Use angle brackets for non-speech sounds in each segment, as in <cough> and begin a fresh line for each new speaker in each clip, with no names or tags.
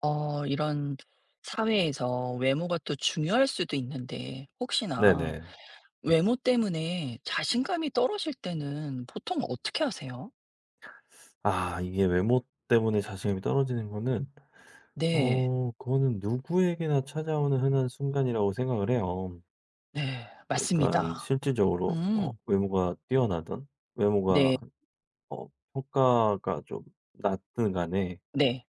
이런 사회에서 외모가 또 중요할 수도 있는데, 혹시나
네네.
외모 때문에 자신감이 떨어질 때는 보통 어떻게 하세요?
아 이게 외모 때문에 자신감이 떨어지는 거는
네,
그거는 누구에게나 찾아오는 흔한 순간이라고 생각을 해요.
네,
그러니까
맞습니다.
실질적으로
음,
외모가 뛰어나든 외모가
네,
어 평가가 좀 낮든 간에
네,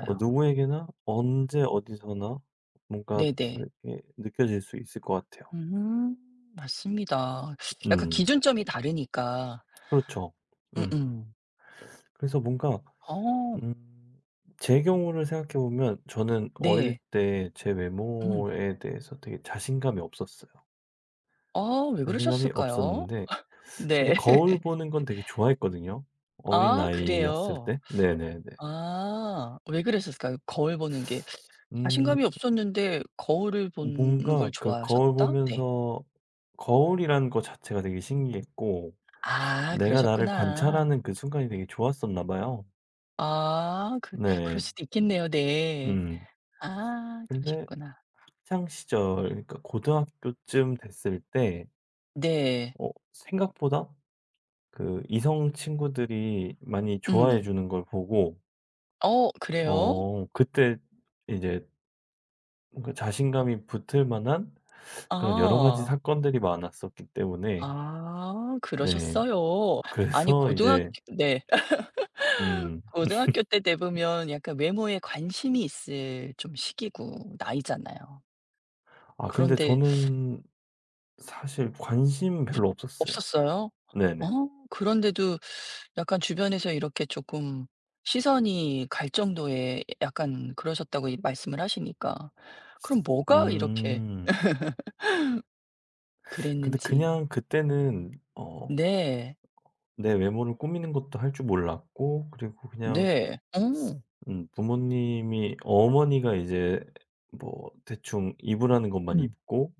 누구에게나 언제 어디서나 뭔가
네네.
다르게 느껴질 수 있을 것 같아요.
음, 맞습니다. 약간
음.
기준점이 다르니까.
그렇죠.
음,
음.
음.
그래서 뭔가
어,
음. 제 경우를 생각해 보면 저는 어릴
네.
때 제
음.
외모에 대해서 되게 자신감이 없었어요.
아, 왜
자신감이
그러셨을까요?
없었는데 근데
네.
거울
<laughs>
보는 건 되게 좋아했거든요.
아,
어린아이였을
그래요.
때. 네네네.
아 왜 그랬었을까요? 거울 보는 게
음
자신감이 없었는데 거울을 보는 걸
뭔가 그 거울
좋아하셨다? 네.
보면서 거울이라는 거 자체가 되게 신기했고
아
내가 나를
그러셨구나.
관찰하는 그 순간이 되게 좋았었나 봐요.
아 그럴
네.
수도 있겠네요. 네.
음.
아
근데
그러셨구나.
학창 시절 그러니까 고등학교쯤 됐을 때
네.
생각보다 그 이성 친구들이 많이 좋아해
음.
주는 걸 보고
어 그래요?
그때 이제 뭔가 자신감이 붙을 만한 그런 여러 가지
아.
사건들이 많았었기 때문에
아
네
그러셨어요. 아니
그래서
고등학교
이제
네. <laughs>
음
고등학교 때 되면 약간 외모에 관심이 있을 좀 시기고 나이잖아요.
아 근데
그런데
저는 사실 관심
없
별로 없었어요.
없었어요? 어
네네.
그런데도 약간 주변에서 이렇게 조금 시선이 갈 정도의 약간 그러셨다고 이 말씀을 하시니까. 그럼 뭐가 이렇게
음. 근데
그랬는지.
그냥 그때는
네.
내 외모를 꾸미는 것도 할 줄 몰랐고 그리고 그냥
네. 어.
부모님이 어머니가 이제 뭐 대충 입으라는 것만
음.
입고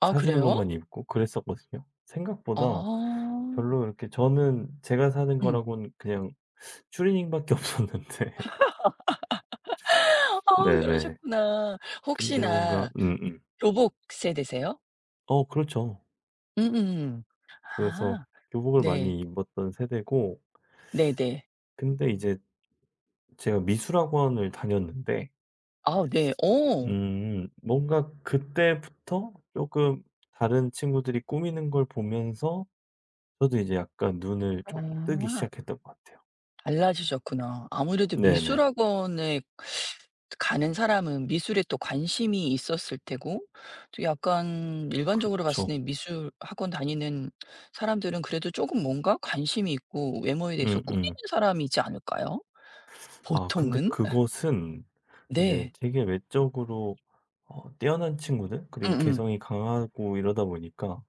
아
사주는
그래요?
것만 입고 그랬었거든요. 생각보다
아.
별로 이렇게 저는 제가 사는
음.
거라고는 그냥 추리닝밖에 <laughs> 없었는데
아
네네.
그러셨구나.
근데 뭔가
혹시나
음음.
교복 세대세요?
어 그렇죠.
음음.
그래서
아.
교복을
네.
많이 입었던 세대고
네네.
근데 이제 제가 미술학원을 다녔는데
아 네. 어.
뭔가 그때부터 조금 다른 친구들이 꾸미는 걸 보면서 저도 이제 약간 눈을 좀 뜨기
아.
시작했던 것 같아요.
달라지셨구나. 아무래도
네네.
미술학원에 가는 사람은 미술에 또 관심이 있었을 테고 또 약간 일반적으로 봤을
그쵸.
때 미술학원 다니는 사람들은 그래도 조금 뭔가 관심이 있고 외모에 대해서
음음.
꾸미는 사람이지 않을까요?
아 근데
보통은?
그것은 이제
네.
되게 외적으로 뛰어난 친구들 그리고
음음.
개성이 강하고 이러다 보니까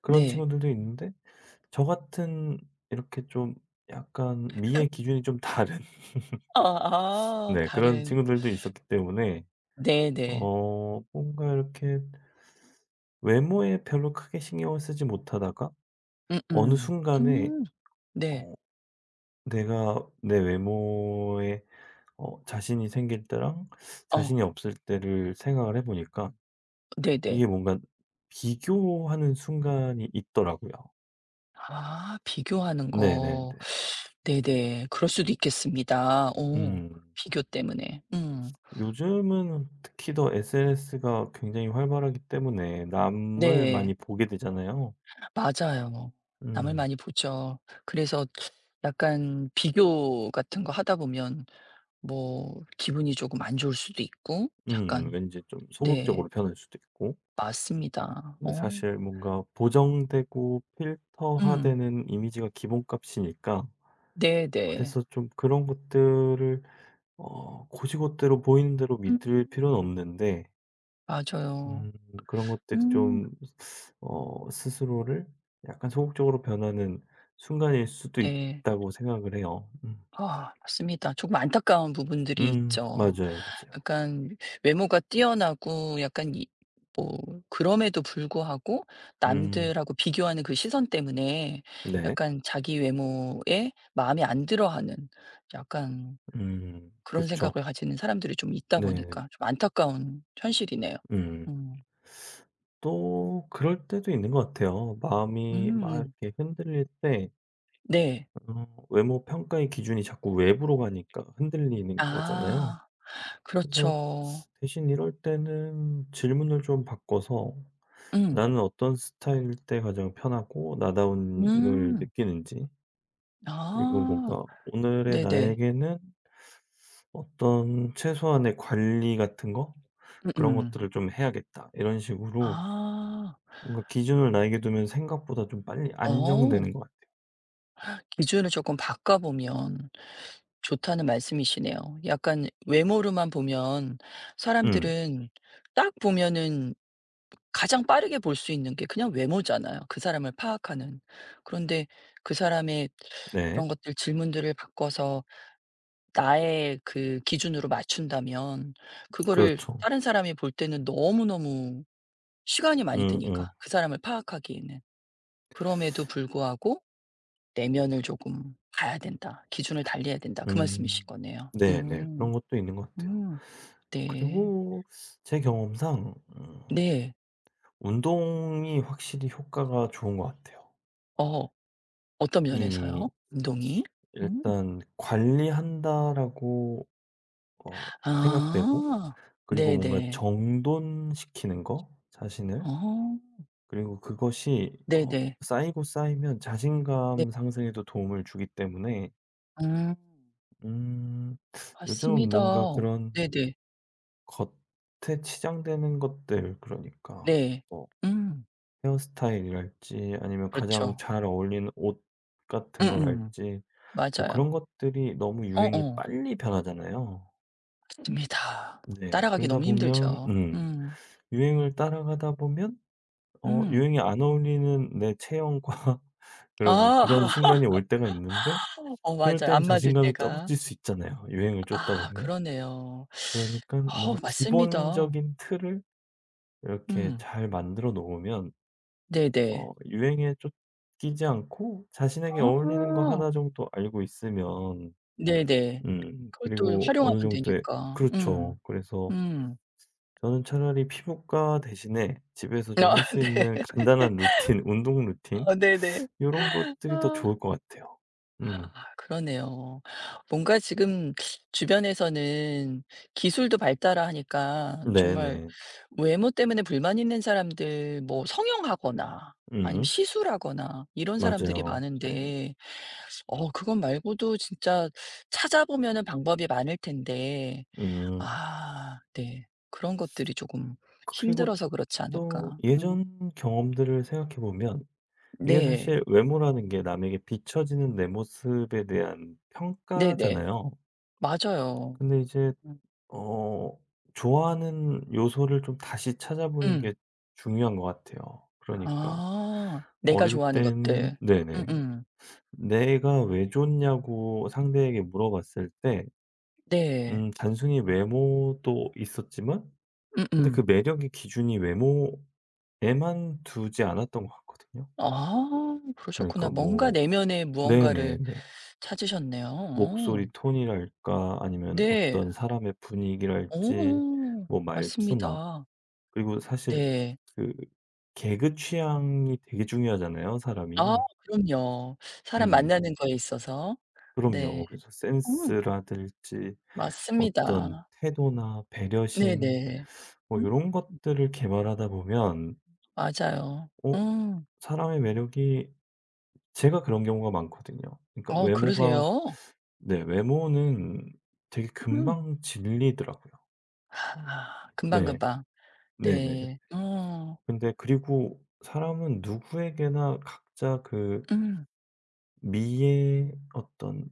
그런
네.
친구들도 있는데 저 같은 이렇게 좀 약간 미의 기준이 좀 다른 <laughs>
아 아
네 그런
다른.
친구들도 있었기 때문에
네네.
뭔가 이렇게 외모에 별로 크게 신경을 쓰지 못하다가 어느
음음.
순간에
음. 네.
어 내가 내 외모에 자신이 생길 때랑
어.
자신이 없을 때를 생각을 해 보니까 이게
네네.
뭔가 비교하는 순간이 있더라고요.
아 비교하는
네네네.
거. 네네. 그럴 수도 있겠습니다. 오
음.
비교 때문에. 음.
요즘은 특히 더 SNS가 굉장히 활발하기 때문에 남을
네.
많이 보게 되잖아요.
맞아요. 남을
음.
많이 보죠. 그래서 약간 비교 같은 거 하다 보면 뭐 기분이 조금 안 좋을 수도 있고
음.
약간
왠지 좀
네.
소극적으로 변할 수도 있고.
맞습니다.
근데
어.
사실 뭔가 보정되고
음.
필터화되는 이미지가 기본값이니까
네네.
그래서 좀 그런 것들을 곧이곧대로 보이는 대로 믿을 필요는
음.
없는데
맞아요.
음 그런 것들이
음.
좀 스스로를 약간 소극적으로 변하는 순간일 수도
네.
있다고 생각을 해요. 음.
아 맞습니다. 조금 안타까운 부분들이 있죠.
맞아요, 맞아요.
약간 외모가 뛰어나고 약간 이 뭐 그럼에도 불구하고
음
남들하고 비교하는 그 시선 때문에
네.
약간 자기 외모에 마음에 안 들어하는 약간 그런
그렇죠.
생각을 가지는 사람들이 좀 있다
네.
보니까 좀 안타까운 현실이네요.
음.
음.
또 그럴 때도 있는 것 같아요. 마음이
음.
막
음.
이렇게 흔들릴 때
네.
외모 평가의 기준이 자꾸 외부로 가니까 흔들리는 거잖아요.
아
그래서
그렇죠.
대신 이럴 때는 질문을 좀 바꿔서
음.
나는 어떤 스타일일 때 가장 편하고 나다움을
음.
느끼는지, 그리고
아.
뭔가 오늘의
네네.
나에게는 어떤 최소한의 관리 같은 거? 그런
음음.
것들을 좀 해야겠다. 이런 식으로
아.
뭔가 기준을 나에게 두면 생각보다 좀 빨리
어.
안정되는 것 같아요.
기준을 조금 바꿔보면 좋다는 말씀이시네요. 약간 외모로만 보면
음,
사람들은 딱 보면은 가장 빠르게 볼 수 있는 게 그냥 외모잖아요, 그 사람을 파악하는. 그런데 그 사람의
네.
그런 것들 질문들을 바꿔서 나의 그 기준으로 맞춘다면 그거를
그렇죠.
다른 사람이 볼 때는 너무너무 시간이 많이
음, 음,
드니까, 그 사람을 파악하기에는. 그럼에도 불구하고 '내면을 조금 봐야 된다. 기준을 달리해야 된다.' 그 말씀이신
음.
거네요.
네네. 그런
음.
것도 있는 것 같아요.
음. 네.
그리고 제 경험상,
네.
운동이 확실히 효과가 좋은 것 같아요.
어 어떤
이
면에서요? 운동이? 음.
일단 '관리한다.'라고 어 생각되고
아.
그리고 뭔가
네네.
정돈시키는 거 자신을.
어.
그리고 그것이
네네.
쌓이고 쌓이면
네.
자신감 상승에도 도움을 주기 때문에
음.
음 요즘은
맞습니다.
뭔가 그런
네네.
겉에 치장되는 것들 그러니까
네.
뭐
음.
헤어스타일이랄지 아니면 가장
그렇죠.
잘 어울리는 옷 같은
음음.
거랄지 뭐
맞아요.
그런 것들이 너무 유행이
어어.
빨리 변하잖아요.
맞습니다.
네.
따라가기
그러다
너무
보면
힘들죠. 음.
유행을 따라가다 보면
음.
유행에 안 어울리는 내 체형과 <laughs> 그런
아. <laughs>
순간이 올 때가 있는데
어
그럴
맞아요.
땐
안 맞을
자신감이
때가.
떨어질 수 있잖아요, 유행을 쫓다
아
보면.
그러네요.
그러니까
어
뭔가
맞습니다.
기본적인 틀을 이렇게
음.
잘 만들어 놓으면
네네.
유행에 쫓기지 않고 자신에게 어울리는 거
아.
하나 정도 알고 있으면
네네. 그걸 또
그리고
활용하면
어느 정도의
되니까.
그렇죠.
음.
그래서
음.
저는 차라리 피부과 대신에 집에서 좀
아
할 수
<laughs>
있는
네.
간단한 루틴, <laughs> 운동 루틴
아 네네.
이런 것들이 더
아.
좋을 것 같아요. 음.
아 그러네요. 뭔가 지금 주변에서는 기술도 발달하니까 정말
네네.
외모 때문에 불만 있는 사람들 뭐 성형하거나 아니면
음.
시술하거나 이런 사람들이
맞아요. 네.
많은데 어 그건 말고도 진짜 찾아보면은 방법이 많을 텐데
음.
아 네. 그런 것들이 조금
그리고
힘들어서 그렇지
또
않을까. 음.
예전 경험들을 생각해 보면 이게
네.
사실 외모라는 게 남에게 비춰지는 내 모습에 대한
네네.
평가잖아요.
맞아요.
근데 이제
음.
어 좋아하는 요소를 좀 다시 찾아보는
음.
게 중요한 것 같아요. 그러니까
아. 내가
어릴
좋아하는
때는
것들.
네네.
음음.
내가 왜 좋냐고 상대에게 물어봤을 때
네.
단순히 외모도 있었지만 근데 그
음음.
매력의 기준이 외모에만 두지 않았던 것 같거든요.
아
그러니까
그러셨구나. 뭔가
뭐
내면의 무언가를
네네네.
찾으셨네요. 어.
목소리 톤이랄까 아니면
네.
어떤 사람의 분위기랄지
어.
뭐 말투나
맞습니다.
그리고 사실
네.
그 개그 취향이 되게 중요하잖아요,
아
사람이.
그럼요. 사람
음.
만나는 거에 있어서. 네.
그럼요. 그래서
음
센스라든지 어떤
맞습니다.
태도나 배려심
네네.
뭐 이
음
런 것들을 개발하다 보면
맞아요.
어
음.
사람의 매력이 제가 그런 경우가 많거든요. 그러니까
어
외모가
그러세요?
네 외모는 되게
음.
금방 질리더라고요.
아
네.
금방금방.
네네.
네. 어.
근데 그리고 사람은 누구에게나 각자 그
음.
미의 어떤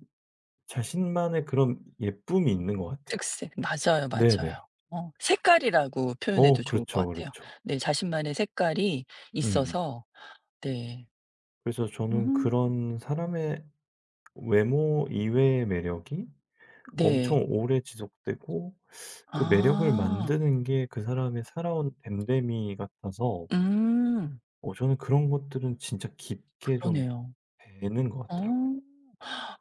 자신만의 그런 예쁨이 있는 것 같아요.
특색. 맞아요,
네네.
맞아요. 어 색깔이라고
어
표현해도 좋을 것
그렇죠,
같아요.
그렇죠.
네 자신만의 색깔이
음.
있어서 네.
그래서 저는
음.
그런 사람의 외모 이외의 매력이
네.
엄청 오래 지속되고 그 매력을
아.
만드는 게 그 사람의 살아온 됨됨이 같아서
음.
저는 그런 것들은 진짜 깊게 좀
그러네요.
배는 것
어
같더라고요.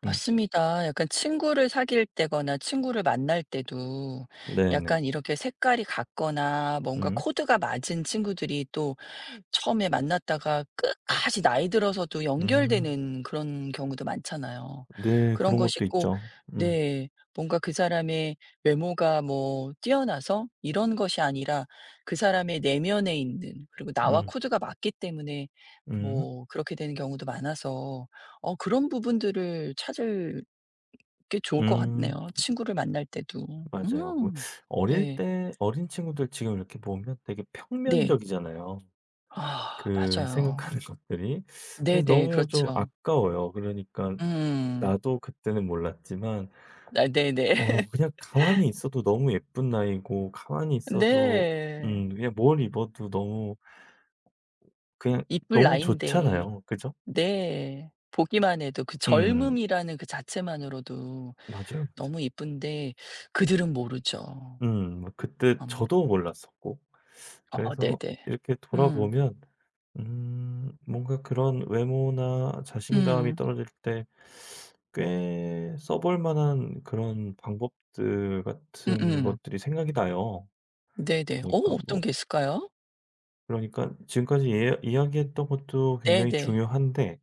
음.
맞습니다. 약간 친구를 사귈 때거나 친구를 만날 때도
네네.
약간 이렇게 색깔이 같거나 뭔가
음.
코드가 맞은 친구들이 또 처음에 만났다가 끝까지 나이 들어서도
음.
연결되는 그런 경우도 많잖아요.
네.
그런
그런
것이
것도
꼭
있죠. 음.
네. 뭔가 그 사람의 외모가 뭐 뛰어나서 이런 것이 아니라 그 사람의 내면에 있는 그리고 나와
음.
코드가 맞기 때문에
음.
뭐 그렇게 되는 경우도 많아서 어 그런 부분들을 찾을 게 좋을 것
음.
같네요, 친구를 만날 때도.
맞아요. 그
음.
어릴
네.
때 어린 친구들 지금 이렇게 보면 되게
네.
평면적이잖아요,
아
그
맞아요.
생각하는 것들이. 그래서
네네.
너무 좀
그렇죠.
아까워요. 그러니까
음.
나도 그때는 몰랐지만
아 네네. <laughs>
그냥 가만히 있어도 너무 예쁜 나이고 가만히 있어도
네.
그냥 뭘 입어도 너무 그냥
이쁠
너무
나이인데.
좋잖아요. 그죠?
네. 보기만 해도 그
음.
젊음이라는 그 자체만으로도
맞아요, 맞아요.
너무 이쁜데 그들은 모르죠.
음. 뭐 그때
음.
저도 몰랐었고.
아
그래서
네네.
이렇게
음.
돌아보면 뭔가 그런 외모나 자신감이
음.
떨어질 때 꽤 써볼 만한 그런 방법들 같은
음음.
것들이 생각이 나요.
네네. 어
그러니까 뭐
어떤 게 있을까요?
그러니까 지금까지 예 이야기했던 것도 굉장히
네네.
중요한데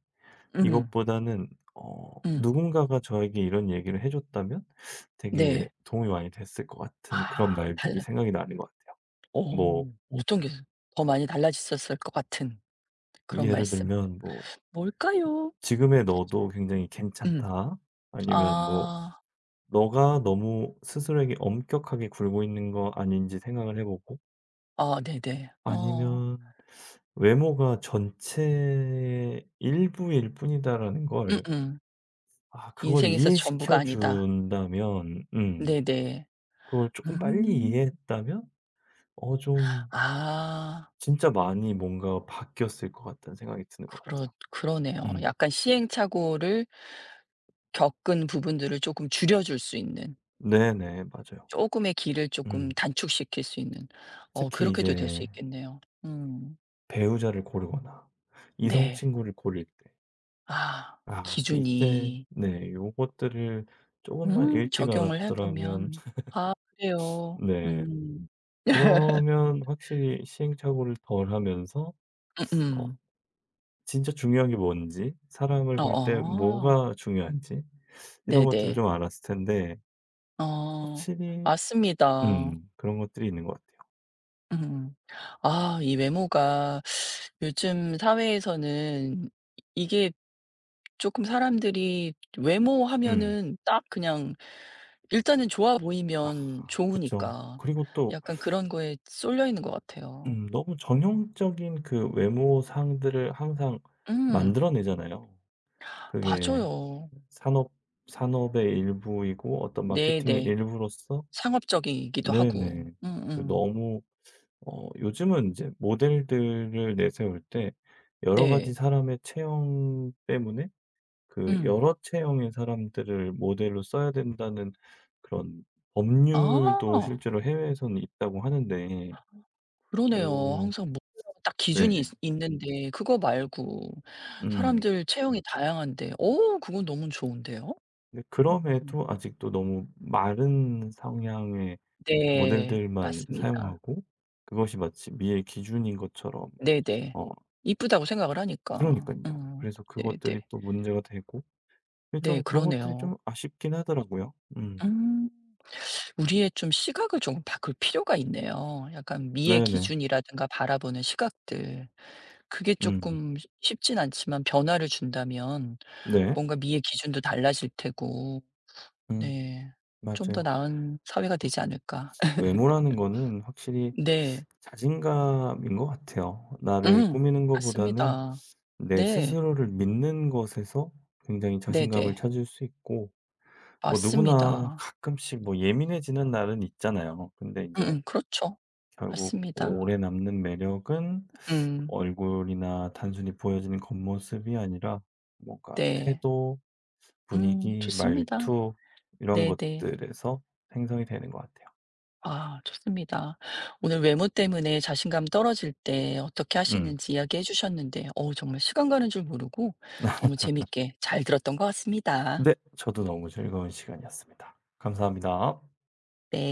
음.
이것보다는
음.
누군가가 저에게 이런 얘기를 해 줬다면 되게
네.
도움이 많이 됐을 것 같은 그런
아 달
말들이
라
생각이 나는 것 같아요. 뭐
어 어떤 게 더 많이 달라졌었을 것 같은 그런
예를
말씀.
들면 뭐
뭘까요?
"지금의 너도 굉장히
음.
괜찮다." 아니면 뭐
아.
너가 너무 스스로에게 엄격하게 굴고 있는 거 아닌지 생각을 해 보고
아 네네. 어.
아니면 '외모가 전체의 일부일 뿐이다.'라는 걸
음음.
아 그걸
인생에서 전부가
이해시켜
아니다.
준다면
네네.
그걸 조금 빨리
음.
이해했다면 좀
아
진짜 많이 뭔가 바뀌었을 것 같다는 생각이 드는 것
그렇
같아요.
그러네요.
음.
약간 시행착오를 겪은 부분들을 쪼끔 줄여줄 수 있는
네네. 맞아요.
쪼금의 길을 쪼끔
음.
단축시킬 수 있는 어
특히
그렇게도 될 수
이제
있겠네요. 음.
배우자를 고르거나 이성
네.
친구를 고릴 때
아
아 이때
기준이
네 요것들을 조금만 일찍
적용을 해
알았더라면
보면
<laughs>
아 그래요.
네
음.
그러면 확실히 시행착오를 덜 하면서 어
음음.
진짜 중요한 게 뭔지, 사람을 볼 때
어어.
뭐가 중요한지 이런 것들을
네네.
좀 알았을 텐데
어
확실히
맞습니다.
그런 것들이 있는 것 같아요.
음. 아 이 외모가 요즘 사회에서는 이게 조금 사람들이 외모
음.
하면은 딱 그냥 일단은 좋아 보이면
아 그쵸.
좋으니까
그리고 또
약간 그런 거에 쏠려 있는 것 같아요.
너무 전형적인 그 외모 상들을 항상
음.
만들어내잖아요. 그게
맞아요.
산업 산업의 일부이고 어떤 마케팅의
네네.
일부로서
상업적이기도 하고.
네네. 그
음음.
너무 요즘은 이제 모델들을 내세울 때 여러 가지
네.
사람의 체형 때문에 그
음.
여러 체형의 사람들을 모델로 써야 된다는 그런 법률도
아.
실제로 해외에서는 있다고 하는데
그러네요.
오
항상 목표딱
네.
기준이 있 있는데 그거 말고
음.
사람들 체형이 다양한데 어 그건 너무 좋은데요.
근데
음.
그럼에도 아직도 너무 마른 성향의
네.
모델들만
맞습니다.
사용하고 그것이 마치 미의 기준인 것처럼
네네.
어
이쁘다고 생각을 하니까.
그러니깐요.
음.
그래서
네네.
그것들이 또 문제가 되고 근데
네
좀 그런 것들이
그러네요.
좀 아쉽긴 하더라고요. 음.
음. 우리의 좀 시각을 조금 바꿀 필요가 있네요. 약간 미의
네네.
기준이라든가 바라보는 시각들. 그게
음.
조금 쉽 쉽진 않지만 변화를 준다면
네.
뭔가 미의 기준도 달라질 테고
음.
네. '좀 더
맞아요.
나은 사회가 되지 않을까.' <laughs>
외모라는 거는 확실히
네.
자신감인 것 같아요. 나를
음.
꾸미는 것보다는
맞습니다.
내
네.
스스로를 믿는 것에서 굉장히 자신감을
네네.
찾을 수 있고 뭐 누구나
맞습니다.
가끔씩 뭐 예민해지는 날은 있잖아요. 근데 인제
음음. 그렇죠.
결국
맞습니다.
오래 남는 매력은
음.
얼굴이나 단순히 보여지는 겉모습이 아니라 뭔가
네.
태도,
음.
분위기,
좋습니다.
말투 이런
네네.
것들에서 생성이 되는 것 같아요.
아 좋습니다. 오늘 외모 때문에 자신감 떨어질 때 어떻게
음.
하시는지 이야기해 주셨는데 어우 정말 시간 가는 줄 모르고 너무 재밌게 잘 들었던 것 같습니다.
네. 저도 너무 즐거운 시간이었습니다. 감사합니다.
네.